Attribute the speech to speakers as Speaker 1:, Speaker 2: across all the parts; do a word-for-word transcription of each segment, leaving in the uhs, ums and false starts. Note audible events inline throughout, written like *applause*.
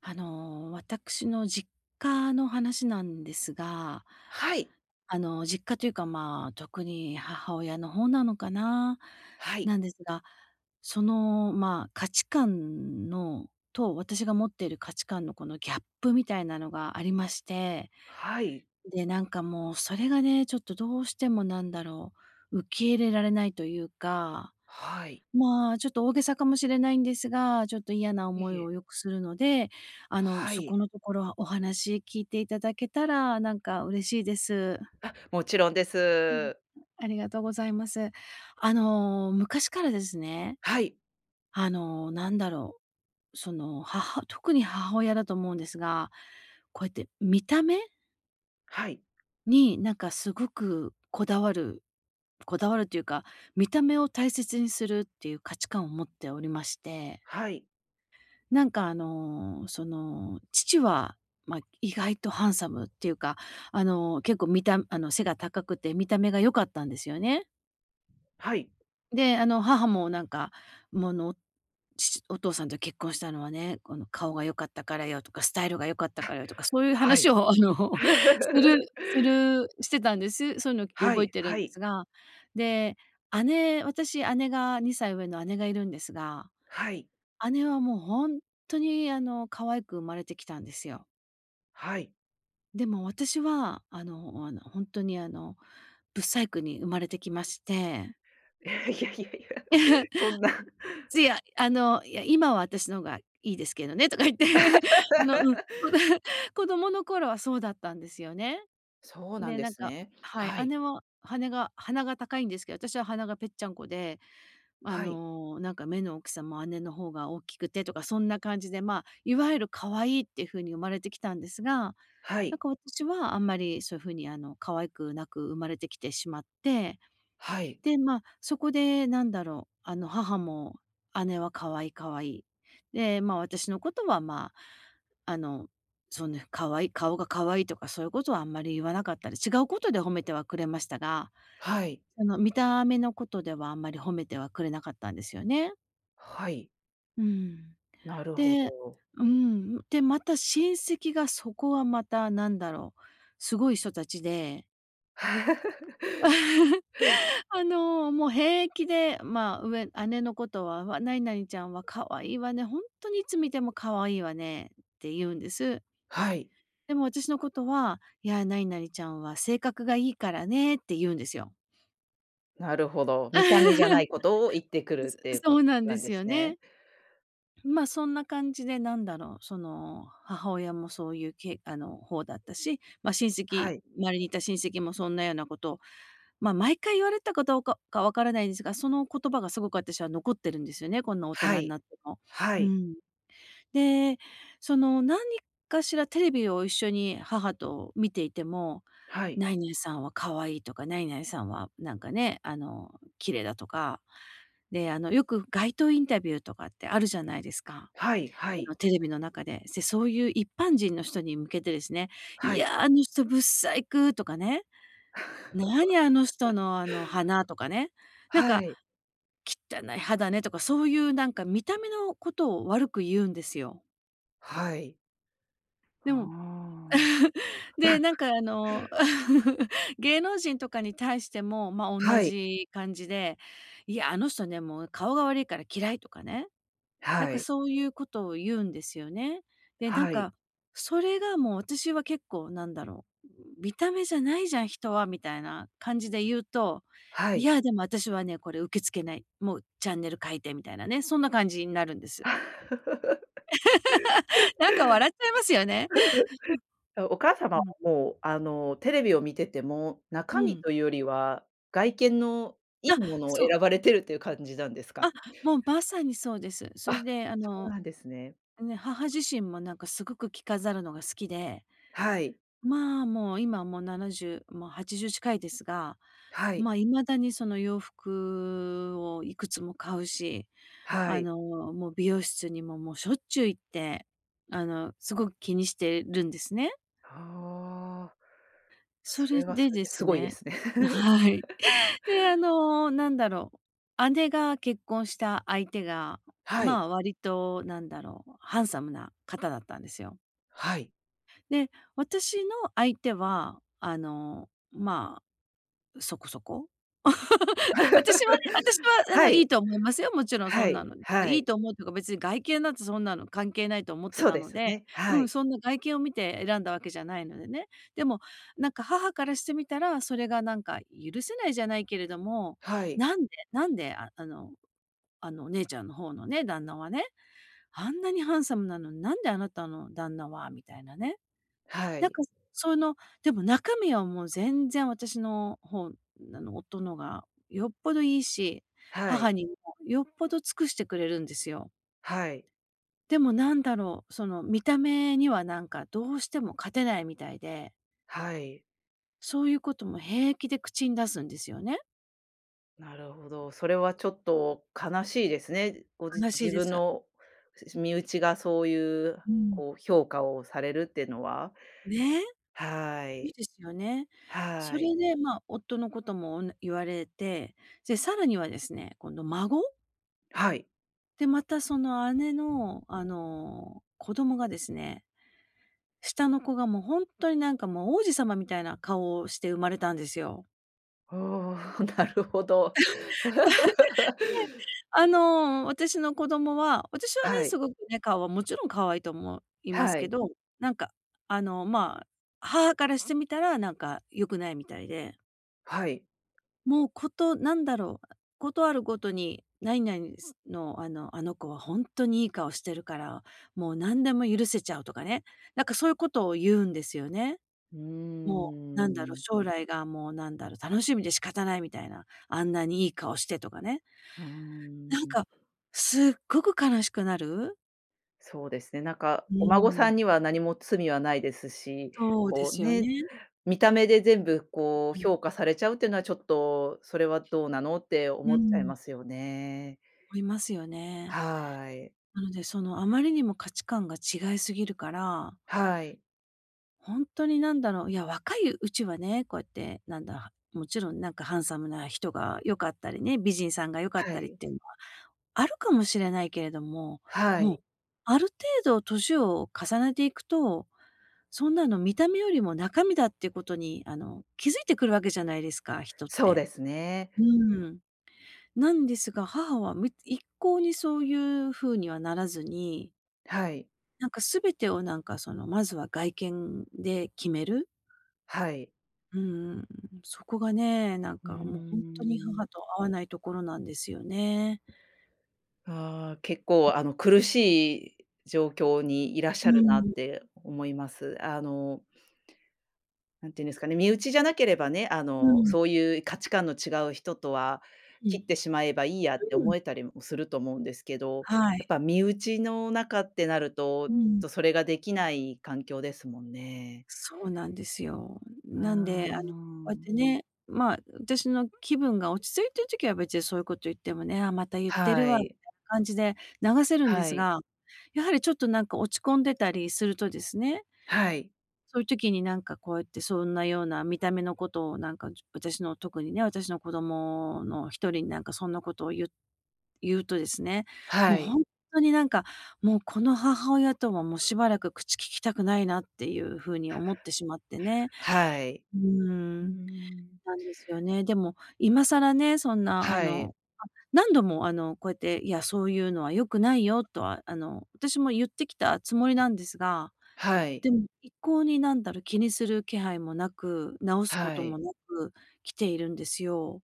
Speaker 1: あの、私の実家の話なんですが、
Speaker 2: はい。
Speaker 1: あの、実家というか、まあ、特に母親の方なのかな、
Speaker 2: はい。
Speaker 1: なんですが、その、まあ、価値観のと私が持っている価値観のこのギャップみたいなのがありまして、
Speaker 2: はい。
Speaker 1: で、なんかもうそれがね、ちょっとどうしてもなんだろう、受け入れられないというか、
Speaker 2: はい。
Speaker 1: まあ、ちょっと大げさかもしれないんですが、ちょっと嫌な
Speaker 2: いえ
Speaker 1: 思
Speaker 2: い
Speaker 1: いを
Speaker 2: え。
Speaker 1: よくするので、あの、
Speaker 2: は
Speaker 1: そ
Speaker 2: い。
Speaker 1: このところはお話聞いていただけたら、なんか嬉しいです。
Speaker 2: もちろんで
Speaker 1: うん。
Speaker 2: す。
Speaker 1: ありがとうございます。あの、昔からですね、
Speaker 2: はい。
Speaker 1: あの、なんだろう、その、母特に母親だと思うんですが、こうやって見た目
Speaker 2: はい。
Speaker 1: になんかすごくこだわる、こだわるというか、見た目を大切にするっていう価値観を持っておりまして。
Speaker 2: はい。
Speaker 1: なんかあの、その、父は、まあ、意外とハンサムっていうか、あの、結構見たあの、背が高くて見た目が良かったんですよね。
Speaker 2: はい。
Speaker 1: で、あの、母もなんか、もうあの父お父さんと結婚したのはね、この「顔が良かったからよ」とか「スタイルが良かったからよ」とか、そういう
Speaker 2: は
Speaker 1: 話
Speaker 2: い。
Speaker 1: をあの *laughs*、するす
Speaker 2: *laughs*
Speaker 1: るしてたんです。そういうの
Speaker 2: は
Speaker 1: 覚え
Speaker 2: い
Speaker 1: てる
Speaker 2: は
Speaker 1: んで
Speaker 2: い
Speaker 1: すが。で、姉私姉がにさい上の姉がいるんですが、
Speaker 2: はい
Speaker 1: 姉はもう本当に、あの、可愛く生まれてきたんですよ。
Speaker 2: はい。
Speaker 1: でも私は、あのあの、本当に、あの、不細工に生まれてきまして。
Speaker 2: *laughs* いやいやいや、
Speaker 1: *laughs*
Speaker 2: そんな。
Speaker 1: いやあの、いや、今は私の方がいいですけどねとか言って、*laughs* あの、うん、子
Speaker 2: *laughs*
Speaker 1: *laughs* 子供の頃はそうだったんですよね。
Speaker 2: そうなん
Speaker 1: で、
Speaker 2: で
Speaker 1: なん
Speaker 2: す
Speaker 1: か、
Speaker 2: ね。
Speaker 1: はい、
Speaker 2: はい。
Speaker 1: 姉は羽が鼻が高いんですけど、私は鼻がぺっちゃんこで、あ
Speaker 2: はい
Speaker 1: の、なんか目の大きさも姉の方が大きくてとか、そんな感じで、まあ、いわゆる可愛いっていう風に生まれてきたんですが、
Speaker 2: は
Speaker 1: なん
Speaker 2: い
Speaker 1: か私はあんまりそういう風にあの可愛くなく生まれてきてしまって、
Speaker 2: はい
Speaker 1: で、まあ、そこでなんだろう、あの、母も姉は可愛い可愛い。で、まあ、私のことは、まあ、あの、そんな可愛い顔が可愛いとかそういうことはあんまり言わなかったり、違うことで褒めてはくれましたが、
Speaker 2: はい
Speaker 1: あの、見た目のことではあんまり褒めてはくれなかったんですよね。
Speaker 2: はい。
Speaker 1: うん。
Speaker 2: なるほ
Speaker 1: で、
Speaker 2: ど。
Speaker 1: うん、で、また親戚が、そこはまたなんだろう、すごい人たちで
Speaker 2: *laughs*
Speaker 1: *laughs* あの、もう平気で、まあ、上姉のことは「わ、何々ちゃんは可愛いわね、本当にいつ見ても可愛いわね」って言うんです。
Speaker 2: はい、
Speaker 1: でも私のことは「いや、何々ちゃんは性格がいいからね」って言うんですよ。
Speaker 2: なるほど。見た目じゃな
Speaker 1: *laughs*
Speaker 2: いことを言ってくるってい
Speaker 1: そ
Speaker 2: うこ
Speaker 1: そ
Speaker 2: と
Speaker 1: うなん
Speaker 2: な
Speaker 1: で
Speaker 2: んで
Speaker 1: すよ
Speaker 2: すね。
Speaker 1: ね。ま、そんな感じでなんだろう、その、母親もそういうけあの、方だったし、ま、親
Speaker 2: は
Speaker 1: 戚
Speaker 2: い。
Speaker 1: 周りにいた親戚もそんなようなことを、ま、毎回言われたかどうかかわからないんですが、その言葉がすごく私は残ってるんですよね、こんな大人
Speaker 2: は
Speaker 1: に
Speaker 2: い。
Speaker 1: なっても。
Speaker 2: は
Speaker 1: う
Speaker 2: い、
Speaker 1: ん。で、その、何かしらテレビを一緒に母と見ていても、
Speaker 2: はい、
Speaker 1: 「ナ々さんは可愛い」とか、「ナ々さんはなんかね、あの、綺麗だ」とか、で、あの、よく街頭インタビューとかってあるじゃないですか。
Speaker 2: はい、は
Speaker 1: あの、
Speaker 2: い、
Speaker 1: テレビの中で、でそういう一般人の人に向けてですね、「い
Speaker 2: はい。
Speaker 1: や、あの人ぶっさいく」とかね、
Speaker 2: *laughs*
Speaker 1: 「何あの人のあの鼻」とかね、なん
Speaker 2: は
Speaker 1: か、
Speaker 2: い、
Speaker 1: 「汚い歯だね」とか、そういうなんか見た目のことを悪く言うんですよ。
Speaker 2: はい。う
Speaker 1: で
Speaker 2: ー
Speaker 1: も
Speaker 2: ん
Speaker 1: で、なん
Speaker 2: *laughs*。
Speaker 1: かあの、*laughs* 芸能人とかに対しても、ま、あ同
Speaker 2: はい、
Speaker 1: じ感じで、「いや、あの人ね、もう顔が悪いから嫌い」とかね、なん
Speaker 2: は
Speaker 1: か
Speaker 2: い、
Speaker 1: そういうことを言うんですよね。で、なん
Speaker 2: はい、
Speaker 1: か、それがもう私は結構なんだろう、見た目じゃないじゃん、人はみたいな感じで言うと、
Speaker 2: は
Speaker 1: い
Speaker 2: い。
Speaker 1: や、でも私はね、これ受け付けない。もうチャンネル変えてみたいなね、そんな感じになるんです。
Speaker 2: *laughs*
Speaker 1: *laughs* なんか笑っちゃいますよね。*laughs*
Speaker 2: お母様
Speaker 1: う
Speaker 2: は
Speaker 1: ん。
Speaker 2: もう、あの、テレビを見てても、中
Speaker 1: う
Speaker 2: 身
Speaker 1: ん。
Speaker 2: というよりは、外見のいい
Speaker 1: あ、
Speaker 2: ものを
Speaker 1: そう。
Speaker 2: 選ばれてるっていう感じなんですか
Speaker 1: あ、
Speaker 2: ね？
Speaker 1: もうまさにそうです。
Speaker 2: *laughs*
Speaker 1: そ
Speaker 2: あ、
Speaker 1: れであ
Speaker 2: そう
Speaker 1: の、
Speaker 2: なんですね。
Speaker 1: ね、母自身もなんかすごく着飾るのが好きで、
Speaker 2: はい、
Speaker 1: まあ、もう今もうななじゅう、もうはちじゅう近いですが、
Speaker 2: はい、
Speaker 1: まあ、未だにその洋服をいくつも買うし、
Speaker 2: は
Speaker 1: あ
Speaker 2: い。
Speaker 1: の、もう美容室にももうしょっちゅう行って、あの、すごく気にしてるんですね。
Speaker 2: ああ、
Speaker 1: そ
Speaker 2: そ
Speaker 1: れ
Speaker 2: れはそ
Speaker 1: で
Speaker 2: れ
Speaker 1: で
Speaker 2: です
Speaker 1: す
Speaker 2: ごいで
Speaker 1: ね
Speaker 2: すね。
Speaker 1: *laughs* は
Speaker 2: *laughs*
Speaker 1: い。で、あの、なんだろう、姉が結婚した相手が、
Speaker 2: はい、
Speaker 1: まあ、割となんだろう、ハンサムな方だったんですよ。
Speaker 2: はい。
Speaker 1: で、私の相手は、あの、まあ、そこそこ。*laughs* 私はね、私
Speaker 2: *laughs*
Speaker 1: はあ
Speaker 2: は
Speaker 1: の、い
Speaker 2: い。
Speaker 1: いと思いますよ、もちろんそ
Speaker 2: は
Speaker 1: んな
Speaker 2: い、
Speaker 1: の。
Speaker 2: は
Speaker 1: い
Speaker 2: い。
Speaker 1: いと思うというか、別に外見なんてそんなの関係ないと思って
Speaker 2: そう
Speaker 1: た
Speaker 2: で
Speaker 1: の
Speaker 2: す
Speaker 1: で、
Speaker 2: ね。
Speaker 1: う
Speaker 2: は
Speaker 1: ん、
Speaker 2: い。
Speaker 1: そんな外見を見て選んだわけじゃないのでね。でも、なんか母からしてみたら、それがなんか許せないじゃないけれども、
Speaker 2: はい。
Speaker 1: なんでなんで、ああのあの、お姉ちゃんの方のね、旦那はね、あんなにハンサムなのに、なんであなたの旦那はみたいなね。
Speaker 2: は
Speaker 1: なん
Speaker 2: い。
Speaker 1: か、その、でも中身はもう全然私のほあの、夫のがよっぽどいいし、
Speaker 2: はい。
Speaker 1: 母にもよっぽど尽くしてくれるんですよ。
Speaker 2: はい。
Speaker 1: でもなんだろう、その見た目にはなんかどうしても勝てないみたいで、
Speaker 2: はい。
Speaker 1: そういうことも平気で口に出すんですよね。
Speaker 2: なるほど。それはちょっと悲しいですね。ごじ
Speaker 1: 悲しい
Speaker 2: 自
Speaker 1: で
Speaker 2: 分
Speaker 1: す。
Speaker 2: のし身内がそういう
Speaker 1: うん。
Speaker 2: こう評価をされるっていうのは。
Speaker 1: ね、
Speaker 2: は
Speaker 1: そう
Speaker 2: い。
Speaker 1: ですよね。そ
Speaker 2: はい。
Speaker 1: れで、まあ、夫のこともおん言われて、で、さらにはですね、今度孫？
Speaker 2: はい。
Speaker 1: で、またその姉の、あの、子供がですね、下の子がもう本当になんかもう王子様みたいな顔をして生まれたんですよ。
Speaker 2: *laughs* おお、*laughs* なるほど。*laughs*
Speaker 1: *laughs* それで、あの、私の子供は、私はね、
Speaker 2: はい。
Speaker 1: すごくね、顔はもちろん可愛いと思います
Speaker 2: は
Speaker 1: け
Speaker 2: い。
Speaker 1: ど、なんか、あの、まあ、母からしてみたらなんか良くないみたいで。
Speaker 2: はい。
Speaker 1: もうことなんだろう、ことあるごとに「何々ですの、あの、あの子は本当にいい顔してるから、もう何でも許せちゃう」とかね、なんかそういうことを言うんですよね。
Speaker 2: うー
Speaker 1: もうなんだろう、
Speaker 2: ん。
Speaker 1: 将来がもうなんだろう、楽しみで仕方ないみたいな、あんなにいい顔してとかね。
Speaker 2: うー
Speaker 1: なん
Speaker 2: ん。
Speaker 1: か、すっごく悲しくなる。
Speaker 2: そうですね、なんか、
Speaker 1: う
Speaker 2: お孫
Speaker 1: ー
Speaker 2: さ
Speaker 1: ん、
Speaker 2: んには何も罪はないですし、
Speaker 1: そうで
Speaker 2: こう
Speaker 1: すよ
Speaker 2: ね、
Speaker 1: ね。
Speaker 2: 見た目で全部こう
Speaker 1: う
Speaker 2: 評価されちゃうっていうのはちょっと、それはどうなのって
Speaker 1: ん、
Speaker 2: 思
Speaker 1: う
Speaker 2: っちゃい
Speaker 1: ん、
Speaker 2: ますよね。
Speaker 1: 思いますよね。
Speaker 2: はい。
Speaker 1: なのでそのあまりにも価値観が違いすぎるから、
Speaker 2: はい。
Speaker 1: 本当になんだろう、いや、若いうちはね、こうやって、なんだ、もちろんなんかハンサムな人が良かったりね、美人さんが良かっ
Speaker 2: は
Speaker 1: たりっ
Speaker 2: い。
Speaker 1: ていうのはあるかもしれないけれども、
Speaker 2: は
Speaker 1: もう
Speaker 2: い。
Speaker 1: ある程度年を重ねていくと、そんなの見た目よりも中身だっていうことに、あの、気づいてくるわけじゃないですか、人っ
Speaker 2: そう
Speaker 1: て。
Speaker 2: ですね。
Speaker 1: うん。なんですが、母はみ一向にそういう風にはならずに、
Speaker 2: はい。
Speaker 1: なんか全てをなんかその、まずは外見で決める。
Speaker 2: はい。
Speaker 1: うん、そこがね、なん
Speaker 2: う
Speaker 1: かもう
Speaker 2: ー
Speaker 1: ほんとに母
Speaker 2: ん。
Speaker 1: と合わないところなんですよね。
Speaker 2: ああ、結構あの苦しい状況にいらっし
Speaker 1: う
Speaker 2: ゃるなっ
Speaker 1: ん、
Speaker 2: て思います。あのなんていうんですかね、身内じゃなければね、あ
Speaker 1: う
Speaker 2: の、
Speaker 1: ん、
Speaker 2: そういう価値観の違う人とは
Speaker 1: う
Speaker 2: 切っ
Speaker 1: ん、
Speaker 2: てしまえばいいやって
Speaker 1: うん、
Speaker 2: 思えたりもすると思うんですけど、
Speaker 1: は
Speaker 2: やっ
Speaker 1: い。
Speaker 2: ぱ身内の中ってなると、
Speaker 1: うん、
Speaker 2: とそれができない環境ですもんね。
Speaker 1: そうなんですよ。
Speaker 2: あ
Speaker 1: なんで、あの、こ
Speaker 2: あ。
Speaker 1: うやってね、まあ、私の気分が落ち着いてる時は別にそういうこと言ってもね、「あ、また言ってる
Speaker 2: は
Speaker 1: わ」みた
Speaker 2: い。
Speaker 1: いな感じで流せるんで
Speaker 2: は
Speaker 1: す
Speaker 2: い。
Speaker 1: が、やはりちょっとなんか落ち込んでたりするとですね、
Speaker 2: はい。
Speaker 1: そういう時になんかこうやってそんなような見た目のことをなんか、じ私の特にね、私の子供の一人になんかそんなことを言う言うとですね、も
Speaker 2: は
Speaker 1: う
Speaker 2: い。
Speaker 1: ほんとになんか、もうこの母親とはもうしばらく口聞きたくないなっていう風に思ってしまってね。
Speaker 2: はい。
Speaker 1: うー
Speaker 2: う
Speaker 1: ん、
Speaker 2: ーん。
Speaker 1: なんですよね。でも、今更ね、そんなあ
Speaker 2: はい。
Speaker 1: の、何度もあの、こうやって「いや、そういうのは良くないよ」とはあの、私も言ってきたつもりなんですが、
Speaker 2: はい。
Speaker 1: でも、一向になんだろう、気にする気配もなく、直すこ
Speaker 2: は
Speaker 1: とも
Speaker 2: い。
Speaker 1: なく来ているんですよ。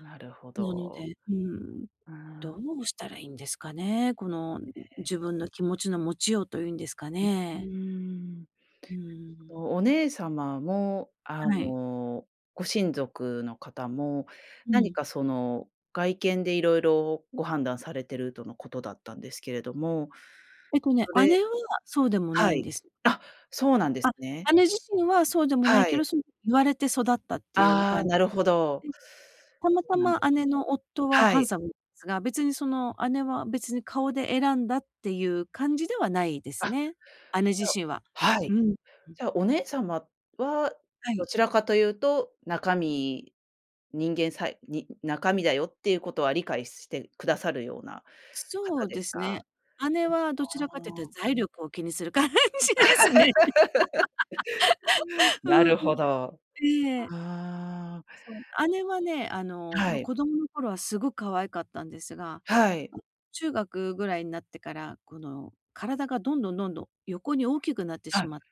Speaker 2: なるほ
Speaker 1: なの
Speaker 2: ど。
Speaker 1: でうん、
Speaker 2: うーん。
Speaker 1: どうしたらいいんですかね？この
Speaker 2: ええ。
Speaker 1: 自分の気持ちの持ちようというんですか
Speaker 2: うー
Speaker 1: ね。
Speaker 2: ん。
Speaker 1: うーん。
Speaker 2: お姉姉様も、あ
Speaker 1: はい。
Speaker 2: の、ご親族の方も、
Speaker 1: う
Speaker 2: 何
Speaker 1: ん。
Speaker 2: かその、外見でいろいろご判断されてるとのことだったんですけれども、
Speaker 1: えっとね、
Speaker 2: それ
Speaker 1: 姉はそうでもな
Speaker 2: は
Speaker 1: いん
Speaker 2: い。
Speaker 1: です。
Speaker 2: あ、そうなんですね。
Speaker 1: 姉自身はそうでもない
Speaker 2: は
Speaker 1: け
Speaker 2: い。
Speaker 1: ど、そう言われて育ったっていう
Speaker 2: ああ、
Speaker 1: 感じ
Speaker 2: なる
Speaker 1: で。
Speaker 2: ほど。
Speaker 1: たま
Speaker 2: そ
Speaker 1: た
Speaker 2: うなん
Speaker 1: ま
Speaker 2: で
Speaker 1: 姉の夫は
Speaker 2: は
Speaker 1: ハ
Speaker 2: い。
Speaker 1: ンサムですが、別にその姉は別に顔で選んだっていう感じではないで
Speaker 2: あ、
Speaker 1: す
Speaker 2: じ
Speaker 1: ね。姉自
Speaker 2: ゃ
Speaker 1: 身は。
Speaker 2: あは
Speaker 1: う
Speaker 2: い。
Speaker 1: ん。
Speaker 2: じゃあお姉様は、
Speaker 1: は
Speaker 2: ど
Speaker 1: い。
Speaker 2: ちらかというと、中身人間さいに中身だよっていうことは理解してくださるような
Speaker 1: そ
Speaker 2: 方
Speaker 1: う
Speaker 2: で
Speaker 1: で
Speaker 2: す
Speaker 1: すね。
Speaker 2: か？
Speaker 1: 姉はどち
Speaker 2: あ
Speaker 1: らかというと
Speaker 2: あ。
Speaker 1: 財力を気にする感じですね。*laughs*
Speaker 2: な
Speaker 1: う
Speaker 2: る
Speaker 1: ん。
Speaker 2: ほど。
Speaker 1: ええ。
Speaker 2: ああ。
Speaker 1: そう。姉はね、あの、
Speaker 2: は
Speaker 1: ま、
Speaker 2: い。
Speaker 1: 子供の頃はすごく可愛かったんですが、
Speaker 2: はい。
Speaker 1: あ、中学ぐらいになってから、この体がどんどんどんどん横に大きくなって
Speaker 2: は
Speaker 1: し
Speaker 2: い。
Speaker 1: まって、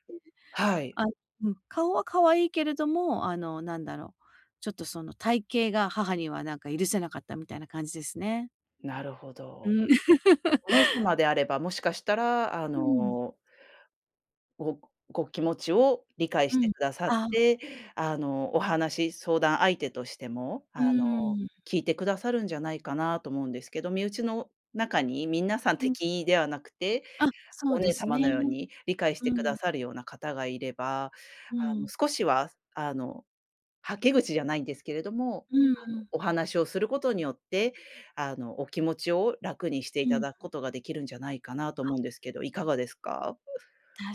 Speaker 2: はい。
Speaker 1: あ、うん、顔は可愛いけれども、あの、なんだろう、ちょっとその体型が母にはなんか許せなかったみたいな感じですね。
Speaker 2: なるほ
Speaker 1: う
Speaker 2: ど。
Speaker 1: ん。*laughs*
Speaker 2: お姉様であれば、もしかしたら、あ
Speaker 1: うん。
Speaker 2: の、ごご気持ちを理解し
Speaker 1: う
Speaker 2: て
Speaker 1: ん。
Speaker 2: くださっ
Speaker 1: あ、
Speaker 2: て、あの、お話相談相手としても、あ
Speaker 1: う
Speaker 2: の、
Speaker 1: ーん。
Speaker 2: 聞いてくださるんじゃないかなと思うんですけど、身内の中に皆さん
Speaker 1: うん。
Speaker 2: 敵ではなくて、
Speaker 1: あ、そ
Speaker 2: お
Speaker 1: うで
Speaker 2: 姉
Speaker 1: す
Speaker 2: 様
Speaker 1: ね。
Speaker 2: のよう
Speaker 1: うん。
Speaker 2: に理解してくださるような方がいれば、
Speaker 1: う
Speaker 2: あの、
Speaker 1: ん。
Speaker 2: 少しは、あのはけ口じゃないんですけれども、
Speaker 1: うん
Speaker 2: あの、
Speaker 1: うん。
Speaker 2: お話をすることによって、あの、お気持ちを楽にしてい
Speaker 1: う
Speaker 2: た
Speaker 1: ん。
Speaker 2: だくことができるんじゃないかなと思うんですけど、いかがですか？
Speaker 1: 確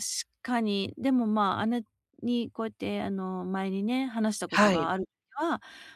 Speaker 1: かに。でも、まあ、姉にこうやって、あの、前にね、話したこと
Speaker 2: はい、
Speaker 1: がある時は、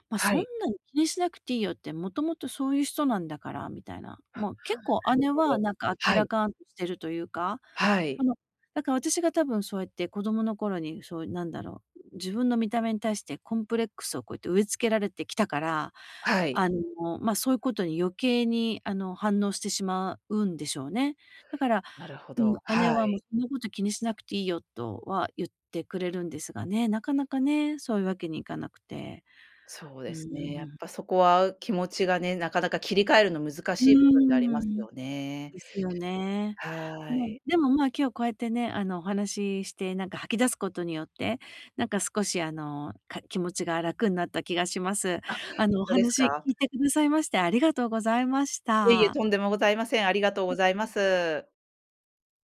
Speaker 1: まあ、
Speaker 2: は
Speaker 1: そん
Speaker 2: い、
Speaker 1: なに気にしなくていいよって、もともとそういう人なんだからみたいな。もう結構
Speaker 2: なる
Speaker 1: 姉
Speaker 2: ほ
Speaker 1: は
Speaker 2: ど。
Speaker 1: なんか明
Speaker 2: は
Speaker 1: ら
Speaker 2: い、
Speaker 1: かんとしてるというか、
Speaker 2: は
Speaker 1: あ
Speaker 2: い、
Speaker 1: の、だから私が多分そうやって子供の頃に、そうなんだろう、自分の見た目に対してコンプレックスをこうやって植え付けられてきたから、
Speaker 2: はい。
Speaker 1: あの、まあ、そういうことに余計に、あの、反応してしまうんでしょうね。だから
Speaker 2: なるほ
Speaker 1: う
Speaker 2: ど、
Speaker 1: ん、姉
Speaker 2: は
Speaker 1: はもう
Speaker 2: い。
Speaker 1: そんなこと気にしなくていいよとは言ってくれるんですがね、なかなかね、そういうわけにいかなくて。
Speaker 2: そう
Speaker 1: う
Speaker 2: で
Speaker 1: ー
Speaker 2: すね、やっ
Speaker 1: ん。
Speaker 2: ぱそこは気持ちがね、なかなか切り替えるの難
Speaker 1: う
Speaker 2: しい部分でありま
Speaker 1: ー
Speaker 2: す
Speaker 1: ん。
Speaker 2: よね。
Speaker 1: ですよね。
Speaker 2: は
Speaker 1: まあ、
Speaker 2: い。
Speaker 1: でも、まあ、今日こうやってね、あの、お話しして、なんか吐き出すことによって、なんか少しあの、か気持ちが楽になった気がします。
Speaker 2: あ、本
Speaker 1: あの、お
Speaker 2: 当です
Speaker 1: 話聞
Speaker 2: か？
Speaker 1: いてくださいましてありがとうございまし
Speaker 2: いえいえ、
Speaker 1: た。
Speaker 2: とんでもございません。ありがとうございます。